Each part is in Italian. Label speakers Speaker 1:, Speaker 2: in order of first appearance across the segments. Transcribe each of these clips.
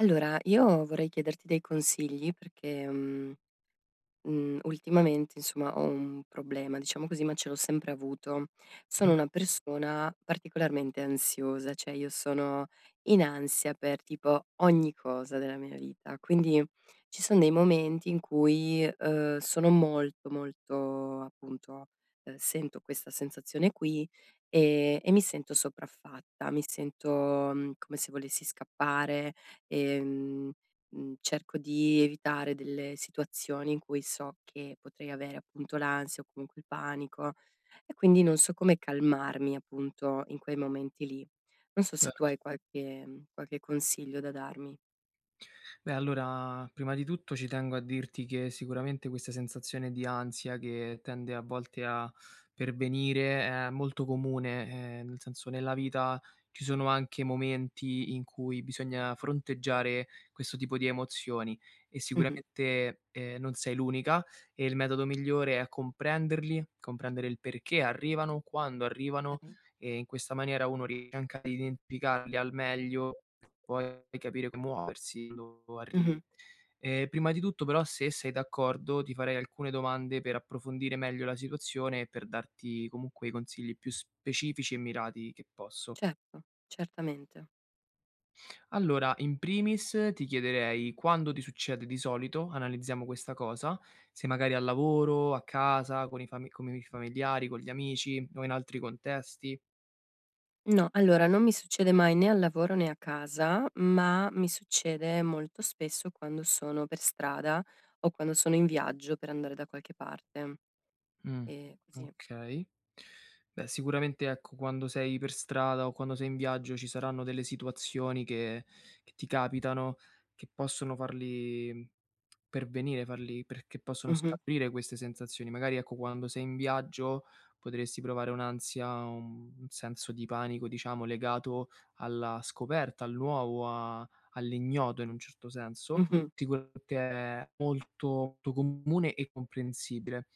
Speaker 1: Allora, io vorrei chiederti dei consigli perché, ultimamente insomma ho un problema, diciamo così, ma ce l'ho sempre avuto. Sono una persona particolarmente ansiosa, cioè io sono in ansia per tipo ogni cosa della mia vita, quindi ci son dei momenti in cui, sono molto, molto appunto, sento questa sensazione qui, e mi sento sopraffatta, mi sento, come se volessi scappare, ehm cerco di evitare delle situazioni in cui so che potrei avere appunto l'ansia o comunque il panico e quindi non so come calmarmi appunto in quei momenti lì. Non so se tu
Speaker 2: Certo.
Speaker 1: hai qualche consiglio da darmi.
Speaker 2: Beh, allora, prima di tutto ci tengo a dirti che sicuramente questa sensazione di ansia che tende a volte a pervenire è molto comune, nel senso nella vita ci sono anche momenti in cui bisogna fronteggiare questo tipo di emozioni e
Speaker 1: Mh-mh.
Speaker 2: sicuramente non sei l'unica, e il metodo migliore è comprenderli, comprendere il perché arrivano, quando arrivano,
Speaker 1: Okay.
Speaker 2: e in questa maniera uno riesce anche ad identificarli al meglio. Poi capire come muoversi quando
Speaker 1: Mh-mh.
Speaker 2: arrivi. Prima di tutto però, se sei d'accordo, ti farei alcune domande per approfondire meglio la situazione e per darti comunque i consigli più specifici e mirati che posso.
Speaker 1: Certo, certamente.
Speaker 2: Allora, in primis ti chiederei quando ti succede di solito, analizziamo questa cosa, se magari al lavoro, a casa, con i familiari, con gli amici o in altri contesti.
Speaker 1: No, allora non mi succede mai né al lavoro né a casa, ma mi succede molto spesso quando sono per strada o quando sono in viaggio per andare da qualche parte,
Speaker 2: Mh,
Speaker 1: così.
Speaker 2: okay. Beh, sicuramente, ecco, quando sei per strada o quando sei in viaggio ci saranno delle situazioni che ti capitano, che possono farli perché possono
Speaker 1: Mh-mh.
Speaker 2: scaturire queste sensazioni. Magari, ecco, quando sei in viaggio potresti provare un'ansia, un senso di panico, diciamo, legato alla scoperta, al nuovo, a all'ignoto in un certo senso.
Speaker 1: Mh-mh.
Speaker 2: Sicuramente è molto molto comune e comprensibile.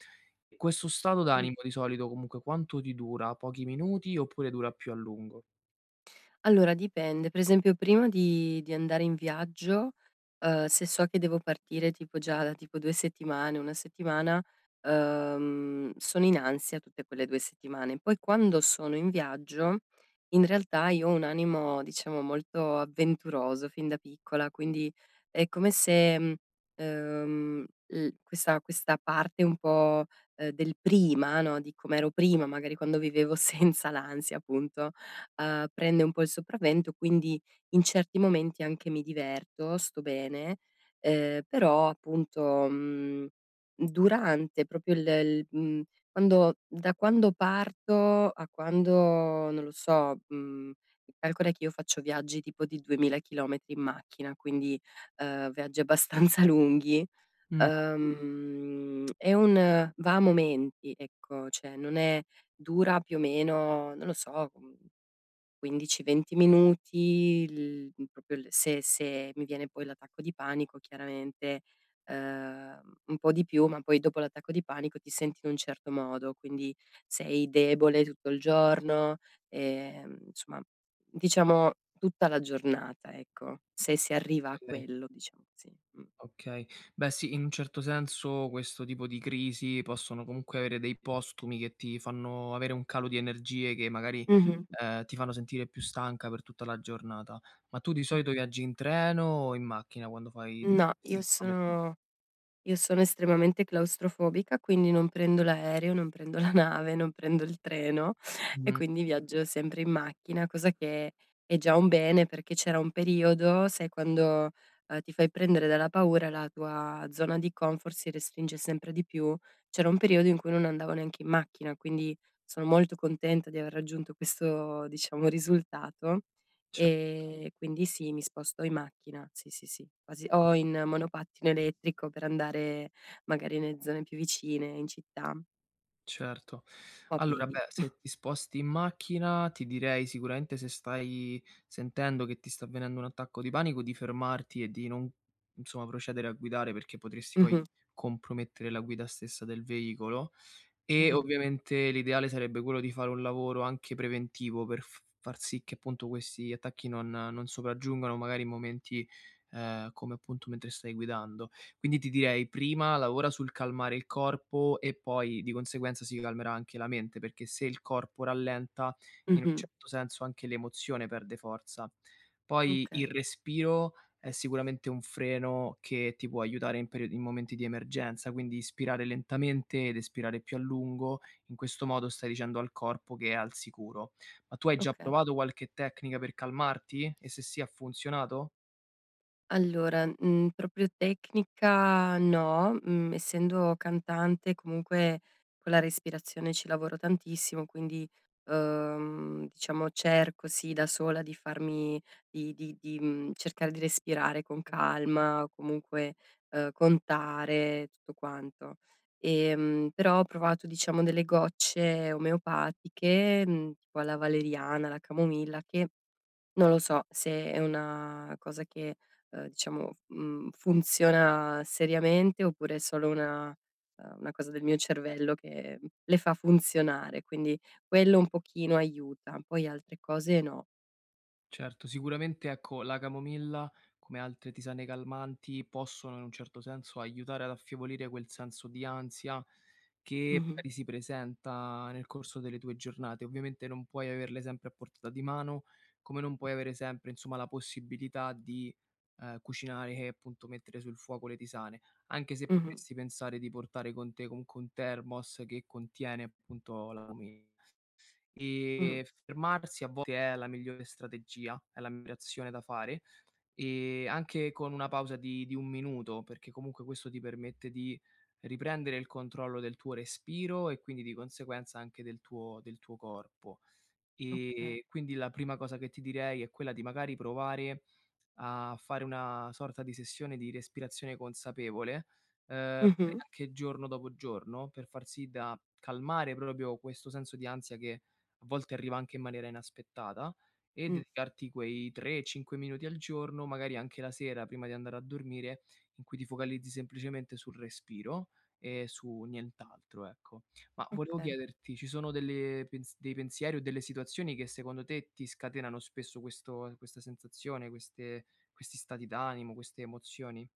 Speaker 2: Questo stato
Speaker 1: Mh.
Speaker 2: d'animo di solito comunque quanto ti dura? Pochi minuti oppure dura più a lungo?
Speaker 1: Allora dipende, per esempio prima di andare in viaggio, se so che devo partire tipo già da tipo 2 settimane, 1 settimana, sono in ansia tutte quelle 2 settimane. Poi quando sono in viaggio, in realtà io ho un animo diciamo molto avventuroso fin da piccola, quindi è come se, mhmm, l questa questa parte un po', del prima, no, di com'ero prima, magari quando vivevo senza l'ansia appunto, prende un po' il sopravvento, quindi in certi momenti anche mi diverto, sto bene, però appunto, mhmm, durante proprio quando da quando parto a quando, non lo so, calcola che io faccio viaggi tipo di 2000 chilometri in macchina, quindi, viaggi abbastanza lunghi. Mh.
Speaker 2: Mh.
Speaker 1: È un va a momenti, ecco, cioè non è dura più o meno, non lo so, mhmm 15, 20 minuti, proprio il se mi viene poi l'attacco di panico chiaramente, un po' di più, ma poi dopo l'attacco di panico ti senti in un certo modo, quindi sei debole tutto il giorno, insomma diciamo tutta la giornata, ecco, se si arriva a
Speaker 2: Okay,
Speaker 1: quello, diciamo così. Mh.
Speaker 2: okay. Beh sì, in un certo senso questo tipo di crisi possono comunque avere dei postumi che ti fanno avere un calo di energie che magari,
Speaker 1: Mh-mh.
Speaker 2: ti fanno sentire più stanca per tutta la giornata. Ma tu di
Speaker 1: Mh.
Speaker 2: solito viaggi in treno o in macchina quando fai tutti
Speaker 1: No, io
Speaker 2: questi chilometri?
Speaker 1: sono Io sono estremamente claustrofobica, quindi non prendo l'aereo, non prendo la nave, non prendo il treno e
Speaker 2: Mh,
Speaker 1: quindi viaggio sempre in macchina, cosa che è già un bene perché c'era un periodo, sai quando, ti fai prendere dalla paura la tua zona di comfort si restringe sempre di più, c'era un periodo in cui non andavo neanche in macchina, quindi sono molto contenta di aver raggiunto questo, diciamo, risultato.
Speaker 2: ce
Speaker 1: Quindi sì, mi sposto in macchina, sì, sì, sì, quasi o in monopattino elettrico per andare magari nelle zone più vicine in città
Speaker 2: Certo.
Speaker 1: o a
Speaker 2: Allora
Speaker 1: piedi.
Speaker 2: beh, se ti sposti in macchina, ti direi sicuramente se stai sentendo che ti sta avvenendo un attacco di panico, di fermarti e di non, insomma, procedere a guidare perché potresti poi
Speaker 1: Mh-mh,
Speaker 2: compromettere la guida stessa del veicolo. E
Speaker 1: mh-mh,
Speaker 2: ovviamente l'ideale sarebbe quello di fare un lavoro anche preventivo per f far sì che appunto questi attacchi non sopraggiungano magari in momenti, come appunto mentre stai guidando. Quindi ti direi: prima lavora sul calmare il corpo e poi di conseguenza si calmerà anche la mente, perché se il corpo rallenta, in un
Speaker 1: mh-mh.
Speaker 2: certo senso anche l'emozione perde forza. Poi il
Speaker 1: Okay,
Speaker 2: respiro è sicuramente un freno che ti può aiutare in momenti di emergenza, quindi ispirare lentamente ed espirare più a lungo, in questo modo stai dicendo al corpo che è al sicuro. Ma tu hai già
Speaker 1: okay.
Speaker 2: provato qualche tecnica per calmarti? E se sì, ha funzionato?
Speaker 1: Allora, proprio tecnica no, essendo cantante comunque con la respirazione ci lavoro tantissimo, quindi, diciamo cerco sì da sola di farmi cercare di respirare con calma o comunque, contare, tutto quanto. Però ho provato diciamo delle gocce omeopatiche, tipo alla valeriana, alla camomilla che non lo so se è una cosa che, diciamo, funziona seriamente oppure è solo una cosa del mio cervello che le fa funzionare, quindi quello un pochino aiuta, poi altre cose no.
Speaker 2: Certo, sicuramente ecco, la camomilla, come altre tisane calmanti, possono in un certo senso aiutare ad affievolire quel senso di ansia che
Speaker 1: Mh-mh,
Speaker 2: magari si presenta nel corso delle tue giornate. Ovviamente non puoi averle sempre a portata di mano, come non puoi avere sempre, insomma, la possibilità di cucinare e appunto mettere sul fuoco le tisane, anche se
Speaker 1: mh-mh,
Speaker 2: potresti pensare di portare con te comunque un thermos che contiene appunto la camomilla.
Speaker 1: mh-mh,
Speaker 2: E fermarsi a volte è la migliore strategia, è la migliore azione da fare, e anche con una pausa di 1 minuto, perché comunque questo ti permette di riprendere il controllo del tuo respiro e quindi di conseguenza anche del tuo corpo.
Speaker 1: okay.
Speaker 2: E quindi la prima cosa che ti direi è quella di magari provare a fare una sorta di sessione di respirazione consapevole, magari
Speaker 1: Mh-mh,
Speaker 2: anche giorno dopo giorno, per far sì da calmare proprio questo senso di ansia che a volte arriva anche in maniera inaspettata, e
Speaker 1: mh,
Speaker 2: dedicarti quei 3, 5 minuti al giorno, magari anche la sera prima di andare a dormire, in cui ti focalizzi semplicemente sul respiro e su nient'altro, ecco. Ma volevo
Speaker 1: okay.
Speaker 2: chiederti, ci sono delle pens dei pensieri o delle situazioni che secondo te ti scatenano spesso questo questa sensazione, queste questi stati d'animo, queste emozioni?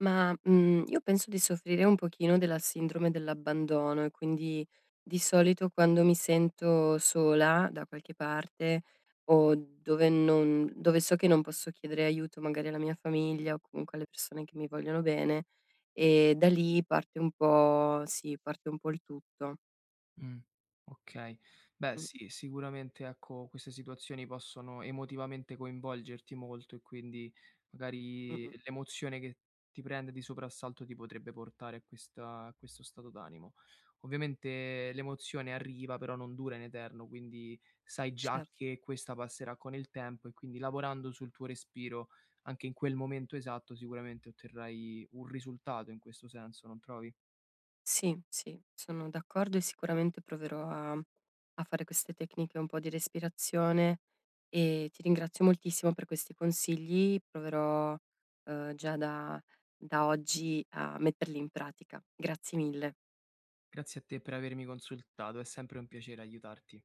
Speaker 1: Ma, io penso di soffrire un pochino della sindrome dell'abbandono e quindi di solito quando mi sento sola da qualche parte o dove non dove so che non posso chiedere aiuto magari alla mia famiglia o comunque alle persone che mi vogliono bene, da lì parte un po' sì, parte un po' il tutto.
Speaker 2: Mh, okay. Beh
Speaker 1: Mh,
Speaker 2: sì, sicuramente ecco queste situazioni possono emotivamente coinvolgerti molto e quindi magari
Speaker 1: mh-mh,
Speaker 2: l'emozione che ti prende di soprassalto ti potrebbe portare a questa a questo stato d'animo. Ovviamente l'emozione arriva, però non dura in eterno, quindi sai già
Speaker 1: certo.
Speaker 2: che questa passerà con il tempo e quindi lavorando sul tuo respiro anche in quel momento esatto, sicuramente otterrai un risultato in questo senso, non trovi?
Speaker 1: Sì, sì, sono d'accordo e sicuramente proverò a fare queste tecniche un po' di respirazione e ti ringrazio moltissimo per questi consigli. Proverò, già da oggi a metterli in pratica. Grazie mille.
Speaker 2: Grazie a te per avermi consultato, è sempre un piacere aiutarti.